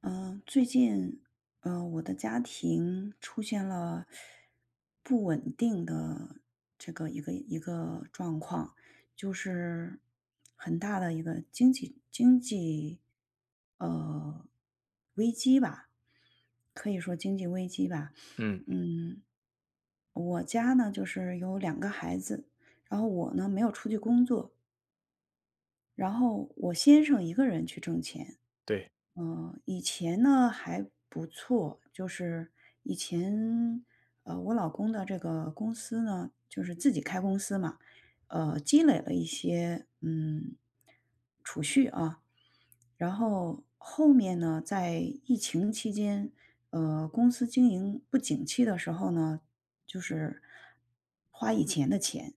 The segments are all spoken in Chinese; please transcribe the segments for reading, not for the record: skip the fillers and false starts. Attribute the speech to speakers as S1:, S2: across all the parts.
S1: 嗯，最近，我的家庭出现了不稳定的这个一个状况，就是很大的一个经济呃危机吧，可以说经济危机吧。
S2: 嗯，
S1: 嗯，我家呢就是有两个孩子，然后我呢没有出去工作，然后我先生一个人去挣钱。
S2: 对，
S1: 以前呢还不错，就是以前，我老公的这个公司呢，就是自己开公司嘛，积累了一些储蓄啊，然后后面呢，在疫情期间，公司经营不景气的时候呢，就是花以前的钱，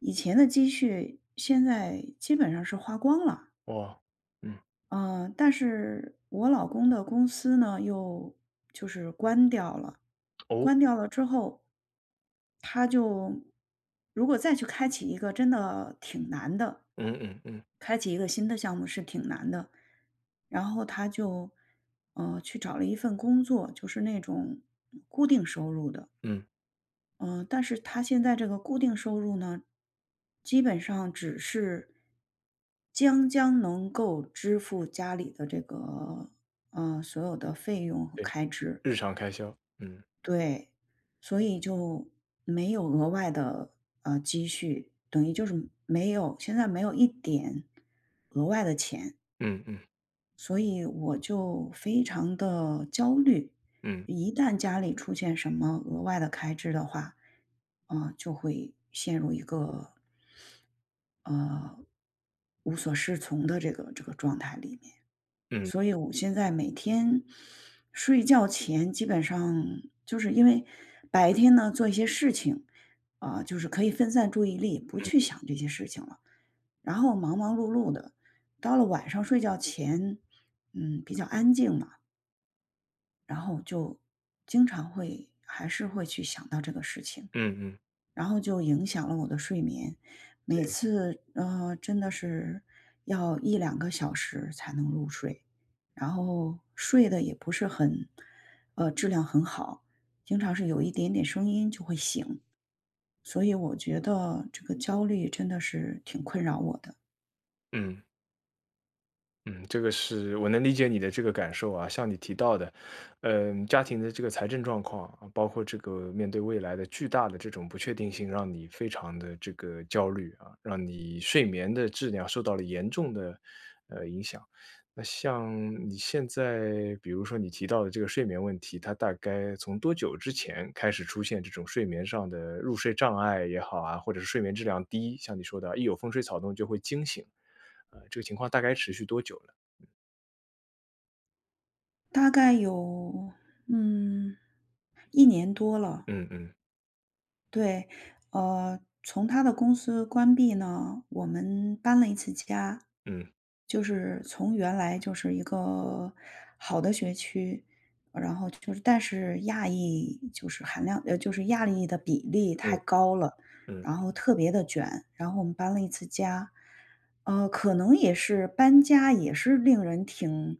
S1: 以前的积蓄现在基本上是花光了。
S2: 哇，嗯，
S1: 嗯，但是我老公的公司呢，又就是关掉了，
S2: 哦，
S1: 关掉了之后，他就如果再去开启一个，真的挺难的。
S2: 嗯嗯嗯
S1: 开启一个新的项目是挺难的，然后他就，去找了一份工作，就是那种固定收入的。
S2: 嗯，
S1: 嗯、但是他现在这个固定收入呢，基本上只是将将能够支付家里的这个所有的费用和
S2: 对，
S1: 开支，
S2: 日常开销，嗯
S1: 对，所以就没有额外的积蓄，等于就是没有，现在没有一点额外的钱。
S2: 嗯嗯
S1: 所以我就非常的焦虑，
S2: 嗯
S1: 一旦家里出现什么额外的开支的话，就会陷入一个，呃，无所适从的这个状态里面。
S2: 嗯
S1: 所以我现在每天睡觉前基本上就是因为白天呢做一些事情，啊，就是可以分散注意力，不
S2: 嗯
S1: 去想这些事情了。然后忙忙碌碌的，到了晚上睡觉前，比较安静嘛，然后就经常会还是会去想到这个事情。
S2: 嗯嗯，
S1: 然后就影响了我的睡眠。每
S2: 对，
S1: 次，真的是要一两个小时才能入睡，然后睡得也不是很质量很好，经常是有一点点声音就会醒。所以我觉得这个焦虑真的是挺困扰我的，
S2: 嗯。嗯，这个是我能理解你的这个感受啊。像你提到的，嗯，家庭的这个财政状况啊，包括这个面对未来的巨大的这种不确定性，让你非常的这个焦虑啊，让你睡眠的质量受到了严重的影响。那像你现在，比如说你提到的这个睡眠问题，它大概从多久之前开始出现这种睡眠上的入睡障碍也好啊，或者是睡眠质量低，像你说的，一有风吹草动就会惊醒，这个情况大概持续多久呢？
S1: 大概有，嗯一年多了。
S2: 嗯嗯
S1: 对，从他的公司关闭呢，我们搬了一次家，
S2: 嗯
S1: 就是从原来就是一个好的学区，然后就是但是亚裔就是含量就是亚裔的比例太
S2: 嗯
S1: 高了，
S2: 嗯，
S1: 然后特别的卷，然后我们搬了一次家。可能也是搬家也是令人挺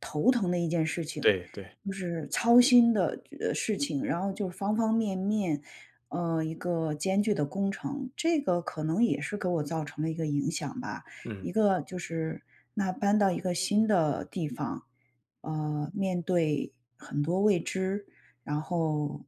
S1: 头疼的一件事情，
S2: 对对，
S1: 就是操心的，事情，然后就是方方面面，一个艰巨的工程，这个可能也是给我造成了一个影响吧。
S2: 嗯
S1: 一个就是那搬到一个新的地方，面对很多未知，然后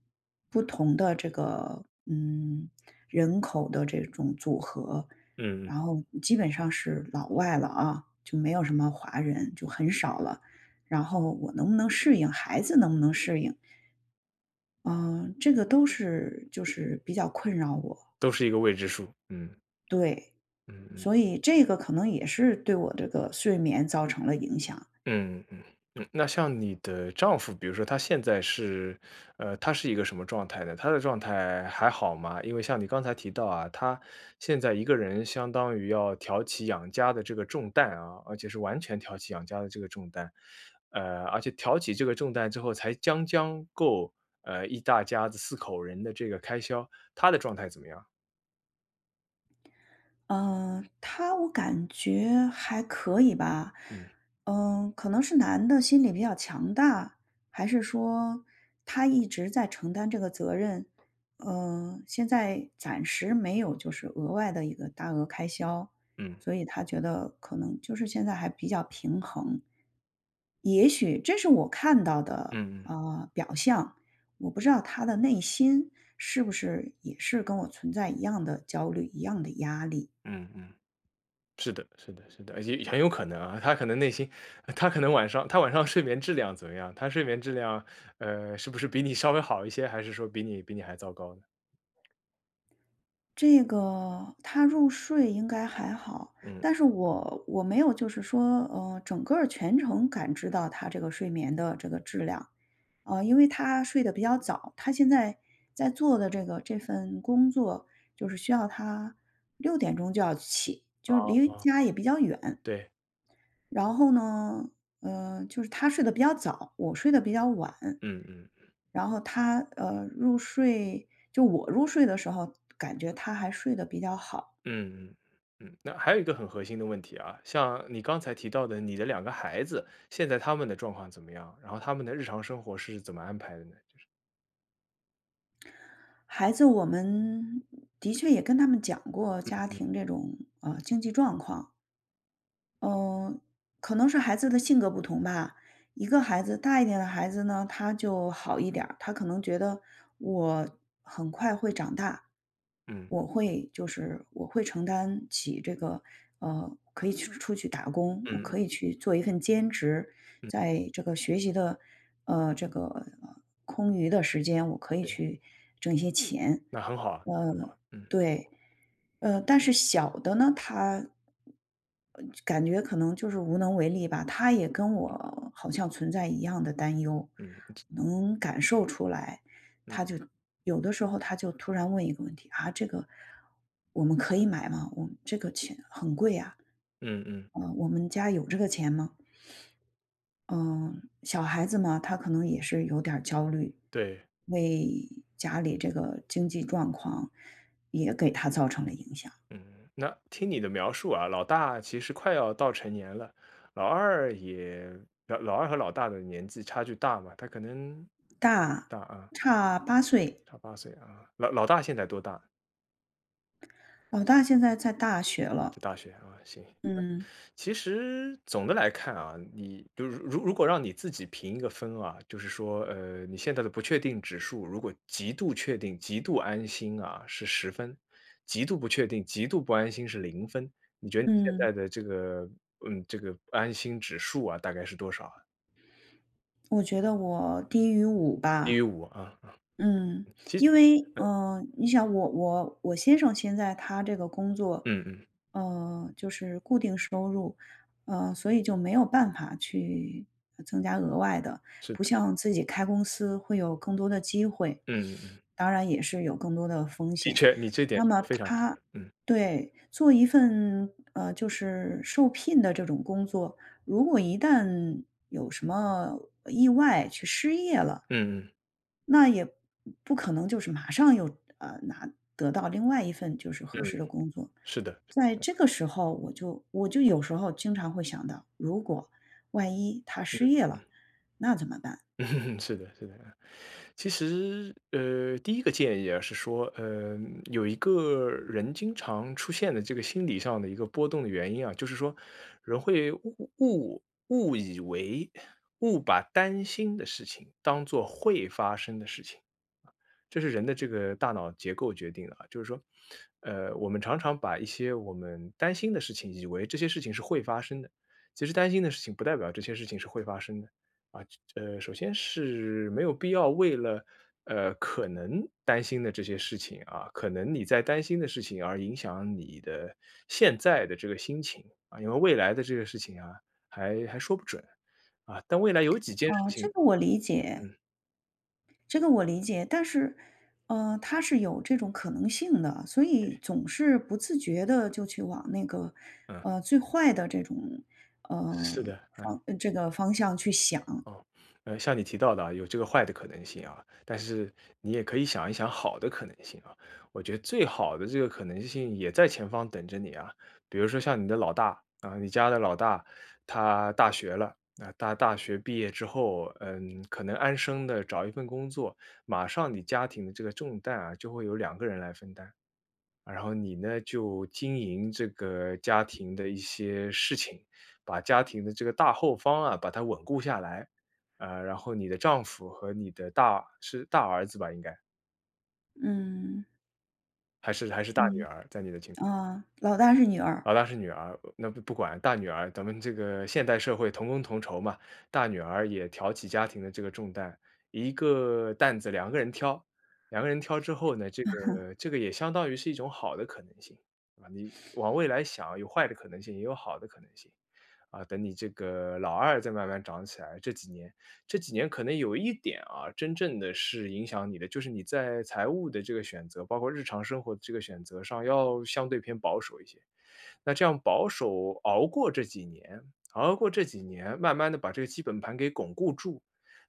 S1: 不同的这个人口的这种组合，
S2: 嗯嗯，
S1: 然后基本上是老外了啊，就没有什么华人，就很少了。然后我能不能适应，孩子能不能适应？嗯，这个都是就是比较困扰我，
S2: 都是一个未知数，嗯
S1: 对，
S2: 嗯嗯
S1: 所以这个可能也是对我这个睡眠造成了影响。
S2: 嗯嗯嗯。那像你的丈夫，比如说他现在是，他是一个什么状态呢？他的状态还好吗？因为像你刚才提到啊，他现在一个人相当于要挑起养家的这个重担啊，而且是完全挑起养家的这个重担，而且挑起这个重担之后，才将将够，一大家子四口人的这个开销，他的状态怎么样？
S1: 嗯，他我感觉还可以吧，
S2: 嗯。
S1: 可能是男的心理比较强大，还是说他一直在承担这个责任？现在暂时没有就是额外的一个大额开销，
S2: 嗯，
S1: 所以他觉得可能就是现在还比较平衡。也许这是我看到的，
S2: 嗯嗯
S1: 表象，我不知道他的内心是不是也是跟我存在一样的焦虑、一样的压力。
S2: 嗯嗯，是的，是的，是的，也很有可能啊，他可能内心他可能晚上他晚上睡眠质量怎么样？他睡眠质量，呃，是不是比你稍微好一些，还是说比你还糟糕呢？
S1: 这个他入睡应该还好，
S2: 嗯，
S1: 但是我没有就是说，整个儿全程感知到他这个睡眠的这个质量。因为他睡得比较早，他现在在做的这个这份工作，就是需要他6点钟就要起，就是离
S2: 哦，
S1: 家也比较远。
S2: 对，
S1: 然后呢，就是他睡得比较早，我睡得比较晚。
S2: 嗯嗯
S1: 然后他入睡，就我入睡的时候，感觉他还睡得比较好。
S2: 嗯嗯嗯。那还有一个很核心的问题啊。像你刚才提到的，你的两个孩子，现在他们的状况怎么样？然后他们的日常生活是怎么安排的呢？就是
S1: 孩子，我们的确也跟他们讲过家
S2: 嗯
S1: 庭这种经济状况，嗯，可能是孩子的性格不同吧。一个孩子大一点的孩子呢，他就好一点儿，他可能觉得我很快会长大，
S2: 嗯
S1: 我会承担起这个，可以去出去打工，我
S2: 嗯
S1: 可以去做一份兼职，
S2: 嗯，
S1: 在这个学习的，这个空余的时间，我可以去挣一些钱。
S2: 那很好啊，嗯
S1: 对，但是小的呢，他感觉可能就是无能为力吧，他也跟我好像存在一样的担忧，
S2: 嗯嗯
S1: 能感受出来。他就有的时候他就突然问一个问题：“啊，这个我们可以买吗？我们这个钱很贵啊，
S2: 嗯嗯，
S1: 我们家有这个钱吗？”嗯，小孩子嘛，他可能也是有点儿焦虑，
S2: 对。
S1: 为家里这个经济状况也给他造成了影响。
S2: 嗯，那听你的描述啊，老大其实快要到成年了，老二也老二和老大的年纪差距大嘛，他可能
S1: 大，
S2: 大啊，
S1: 差8岁，
S2: 差8岁啊，老大现在多大？
S1: 老大现在在大学
S2: 在
S1: 了。
S2: 大学啊，行。
S1: 嗯，
S2: 其实总的来看啊，你就如果让你自己评一个分啊。就是说，你现在的不确定指数，如果极度确定、极度安心啊，是10分；极度不确定、极度不安心是0分。你觉得你现
S1: 嗯，
S2: 在的这个，嗯，这个安心指数啊，大概是多少啊？
S1: 我觉得我低于五
S2: 低于
S1: 吧。
S2: 五啊，
S1: 嗯，
S2: 其实
S1: 因为，你想我先生现在他这个工作，
S2: 嗯嗯，
S1: 就是固定收入，所以就没有办法去增加额外的，
S2: 是的，
S1: 不像自己开公司会有更多的机会，
S2: 嗯嗯嗯
S1: 当然也是有更多的风
S2: 的
S1: 险。
S2: 确，你这点
S1: 那么
S2: 是非常是
S1: 他
S2: 的
S1: 对，做一份，就是受聘的这种工作，如果一旦有什么意外去失业了，
S2: 嗯嗯
S1: 那也不可能就是马上又，拿得到另外一份就是合
S2: 嗯嗯，
S1: 适的工作。
S2: 是的，
S1: 在这个时候，我就有时候经常会想到，如果万一他失业了，那怎么办？
S2: 嗯是的是的。其实，第一个建议啊是说，有一个人经常出现的这个心理上的一个波动的原因啊。就是说人会误误误以为把担心的事情当做会发生的事情。这是人的这个大脑结构决定的啊。就是说，我们常常把一些我们担心的事情，以为这些事情是会发生的，其实担心的事情不代表这些事情是会发生的啊。首先是没有必要为了可能担心的这些事情啊，可能你在担心的事情而影响你的现在的这个心情啊，因为未来的这个事情啊，还说不准啊。但未来有几件事
S1: 哦，
S2: 情，
S1: 这个我理解。
S2: 嗯
S1: 这个我理解，但是，它是有这种可能性的，所以总是不自觉的就去往那个，
S2: 嗯，
S1: 最坏的这种，
S2: 是
S1: 呃，
S2: 的，
S1: 这个方向去想。
S2: 哦，像你提到的啊，有这个坏的可能性啊，但是你也可以想一想好的可能性啊。我觉得最好的这个可能性也在前方等着你啊。比如说像你的老大啊，你家的老大，他大学了，啊，大学毕业之后，嗯，可能安生的找一份工作，马上你家庭的这个重担啊，就会有两个人来分担。然后你呢，就经营这个家庭的一些事情，把家庭的这个大后方啊，把它稳固下来。然后你的丈夫和你的大是大儿子吧，应该，
S1: 嗯，
S2: 还是大女
S1: 嗯，
S2: 儿，在你的情况
S1: 啊，老大是女儿。
S2: 老大是女儿，那不管大女儿，咱们这个现代社会同工同酬嘛，大女儿也挑起家庭的这个重担，一个担子两个人挑。两个人挑之后呢，这个也相当于是一种好的可能性，啊，你往未来想，有坏的可能性，也有好的可能性。啊，等你这个老二再慢慢长起来，这几年可能有一点啊，真正的是影响你的，就是你在财务的这个选择，包括日常生活的这个选择上，要相对偏保守一些。那这样保守熬过这几年，熬过这几年，慢慢的把这个基本盘给巩固住，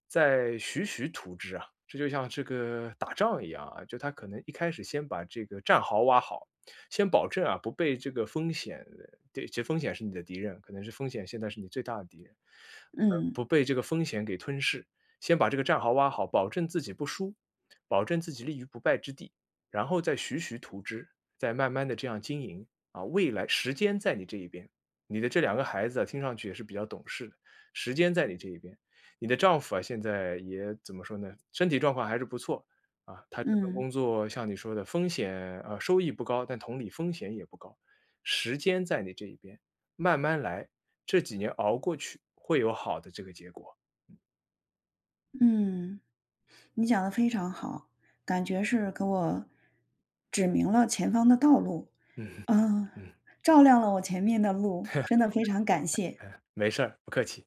S2: 再徐徐图之啊。这就像这个打仗一样啊。就他可能一开始先把这个战壕挖好，先保证啊，不被这个风险对，其实风险是你的敌人，可能是风险现在是你最大的敌人。
S1: 嗯，
S2: 不被这个风险给吞噬，先把这个战壕挖好，保证自己不输，保证自己立于不败之地，然后再徐徐图之，再慢慢的这样经营啊。未来时间在你这一边，你的这两个孩子啊，听上去也是比较懂事的，时间在你这一边。你的丈夫啊，现在也怎么说呢？身体状况还是不错啊。他这份
S1: 嗯，
S2: 工作像你说的，风险啊收益不高，但同理风险也不高。时间在你这一边，慢慢来，这几年熬过去，会有好的这个结果。
S1: 嗯，你讲的非常好，感觉是给我指明了前方的道路，
S2: 嗯
S1: 嗯，
S2: 嗯，
S1: 照亮了我前面的路，真的非常感谢。
S2: 没事儿，不客气。